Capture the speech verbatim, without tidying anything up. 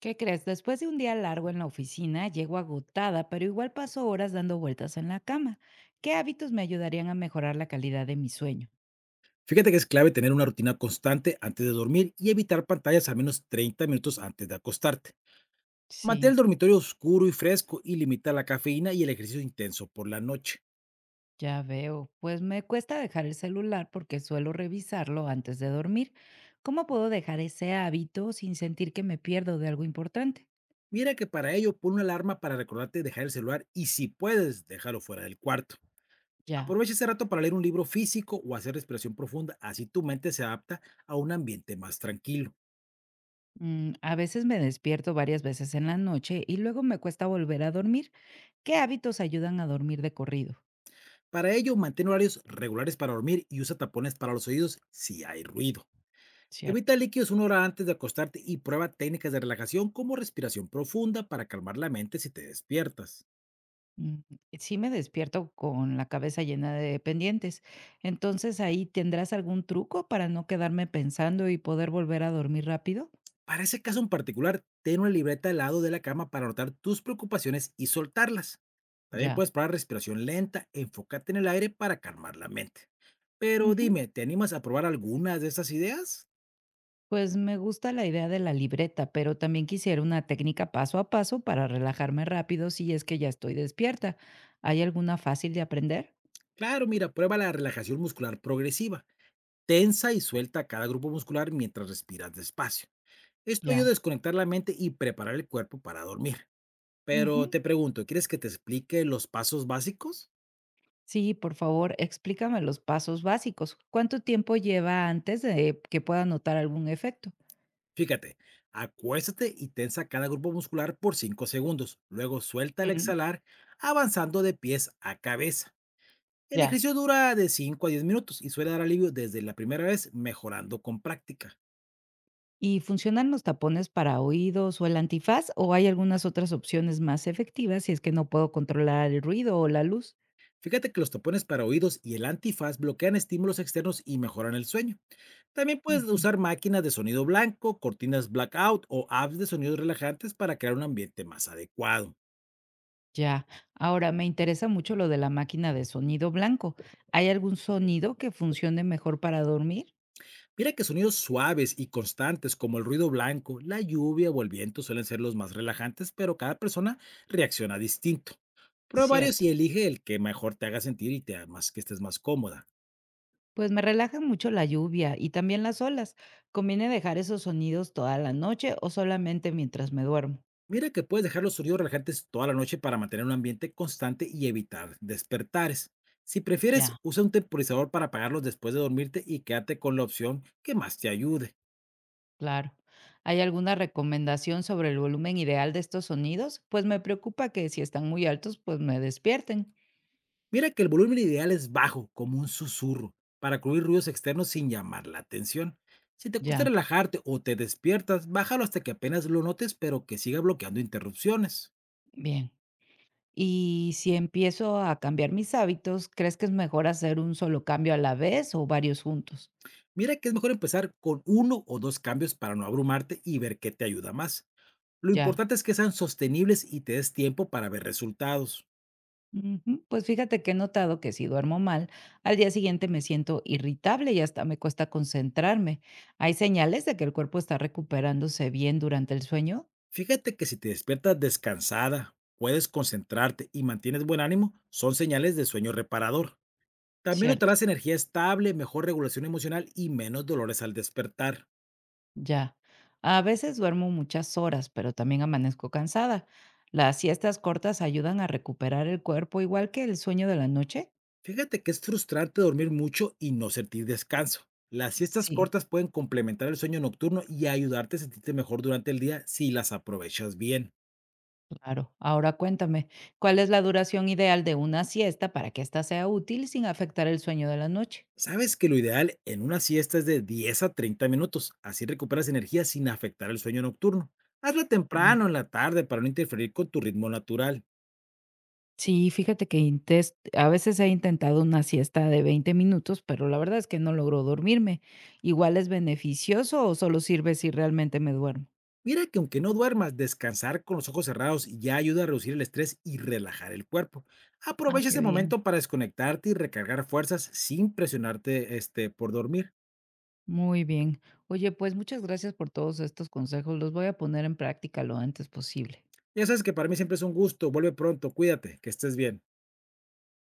¿Qué crees? Después de un día largo en la oficina, llego agotada, pero igual paso horas dando vueltas en la cama. ¿Qué hábitos me ayudarían a mejorar la calidad de mi sueño? Fíjate que es clave tener una rutina constante antes de dormir y evitar pantallas al menos treinta minutos antes de acostarte. Mantén el Sí, dormitorio oscuro y fresco y limita la cafeína y el ejercicio intenso por la noche. ya veo. Pues me cuesta dejar el celular porque suelo revisarlo antes de dormir. ¿Cómo puedo dejar ese hábito sin sentir que me pierdo de algo importante? Mira que para ello pon una alarma para recordarte de dejar el celular y si puedes, déjalo fuera del cuarto. Ya. Aprovecha ese rato para leer un libro físico o hacer respiración profunda, así tu mente se adapta a un ambiente más tranquilo. Mm, a veces me despierto varias veces en la noche y luego me cuesta volver a dormir. ¿Qué hábitos ayudan a dormir de corrido? Para ello, mantén horarios regulares para dormir y usa tapones para los oídos si hay ruido. Cierto. Evita líquidos una hora antes de acostarte y prueba técnicas de relajación como respiración profunda para calmar la mente si te despiertas. Mm, Sí, me despierto con la cabeza llena de pendientes. Entonces, ¿ahí tendrás algún truco para no quedarme pensando y poder volver a dormir rápido? Para ese caso en particular, ten una libreta al lado de la cama para anotar tus preocupaciones y soltarlas. También Ya. puedes probar respiración lenta, enfócate en el aire para calmar la mente. Pero Ujú. dime, ¿te animas a probar algunas de estas ideas? Pues me gusta la idea de la libreta, pero también quisiera una técnica paso a paso para relajarme rápido si es que ya estoy despierta. ¿Hay alguna fácil de aprender? Claro, mira, prueba la relajación muscular progresiva. Tensa y suelta cada grupo muscular mientras respiras despacio. Esto ayuda a Ya. desconectar la mente y preparar el cuerpo para dormir. Pero Ujú. te pregunto, ¿quieres que te explique los pasos básicos? Sí, por favor, explícame los pasos básicos. ¿Cuánto tiempo lleva antes de que pueda notar algún efecto? Fíjate, acuéstate y tensa cada grupo muscular por cinco segundos. Luego suelta al Ujú. exhalar, avanzando de pies a cabeza. El Ya. ejercicio dura de cinco a diez minutos y suele dar alivio desde la primera vez, mejorando con práctica. ¿Y funcionan los tapones para oídos o el antifaz, o hay algunas otras opciones más efectivas si es que no puedo controlar el ruido o la luz? Fíjate que los tapones para oídos y el antifaz bloquean estímulos externos y mejoran el sueño. También puedes Ujú. usar máquinas de sonido blanco, cortinas blackout o apps de sonidos relajantes para crear un ambiente más adecuado. Ya. Ahora, me interesa mucho lo de la máquina de sonido blanco. ¿Hay algún sonido que funcione mejor para dormir? Mira que sonidos suaves y constantes como el ruido blanco, la lluvia o el viento suelen ser los más relajantes, pero cada persona reacciona distinto. Prueba varios Cierto. y elige el que mejor te haga sentir y te haga más que estés más cómoda. Pues me relaja mucho la lluvia y también las olas. ¿Conviene dejar esos sonidos toda la noche o solamente mientras me duermo? Mira que puedes dejar los sonidos relajantes toda la noche para mantener un ambiente constante y evitar despertares. Si Ya. prefieres, usa un temporizador para apagarlos después de dormirte y quédate con la opción que más te ayude. Claro. ¿Hay alguna recomendación sobre el volumen ideal de estos sonidos? Pues me preocupa que si están muy altos, pues me despierten. Mira que el volumen ideal es bajo, como un susurro, para cubrir ruidos externos sin llamar la atención. Si te cuesta Ya, relajarte o te despiertas, bájalo hasta que apenas lo notes, pero que siga bloqueando interrupciones. bien. Y si empiezo a cambiar mis hábitos, ¿crees que es mejor hacer un solo cambio a la vez o varios juntos? Mira que es mejor empezar con uno o dos cambios para no abrumarte y ver qué te ayuda más. Lo Ya. importante es que sean sostenibles y te des tiempo para ver resultados. Ujú. Pues fíjate que he notado que si duermo mal, al día siguiente me siento irritable y hasta me cuesta concentrarme. ¿Hay señales de que el cuerpo está recuperándose bien durante el sueño? Fíjate que si te despiertas descansada, puedes concentrarte y mantienes buen ánimo, son señales de sueño reparador. También Cierto. notarás energía estable, mejor regulación emocional y menos dolores al despertar. Ya. A veces duermo muchas horas, pero también amanezco cansada. ¿Las siestas cortas ayudan a recuperar el cuerpo igual que el sueño de la noche? Fíjate que es frustrante dormir mucho y no sentir descanso. Las siestas Sí, cortas pueden complementar el sueño nocturno y ayudarte a sentirte mejor durante el día si las aprovechas bien. claro. Ahora cuéntame, ¿cuál es la duración ideal de una siesta para que ésta sea útil sin afectar el sueño de la noche? Sabes que lo ideal en una siesta es de diez a treinta minutos, así recuperas energía sin afectar el sueño nocturno. Hazla Mm, temprano en la tarde para no interferir con tu ritmo natural. Sí, fíjate que intes- a veces he intentado una siesta de veinte minutos, pero la verdad es que no logro dormirme. ¿Igual es beneficioso o solo sirve si realmente me duermo? Mira que aunque no duermas, descansar con los ojos cerrados ya ayuda a reducir el estrés y relajar el cuerpo. Ah, Aprovecha qué ese bien. momento para desconectarte y recargar fuerzas sin presionarte este, por dormir. Muy bien. Oye, pues muchas gracias por todos estos consejos. Los voy a poner en práctica lo antes posible. Ya sabes que para mí siempre es un gusto. Vuelve pronto, cuídate, que estés bien.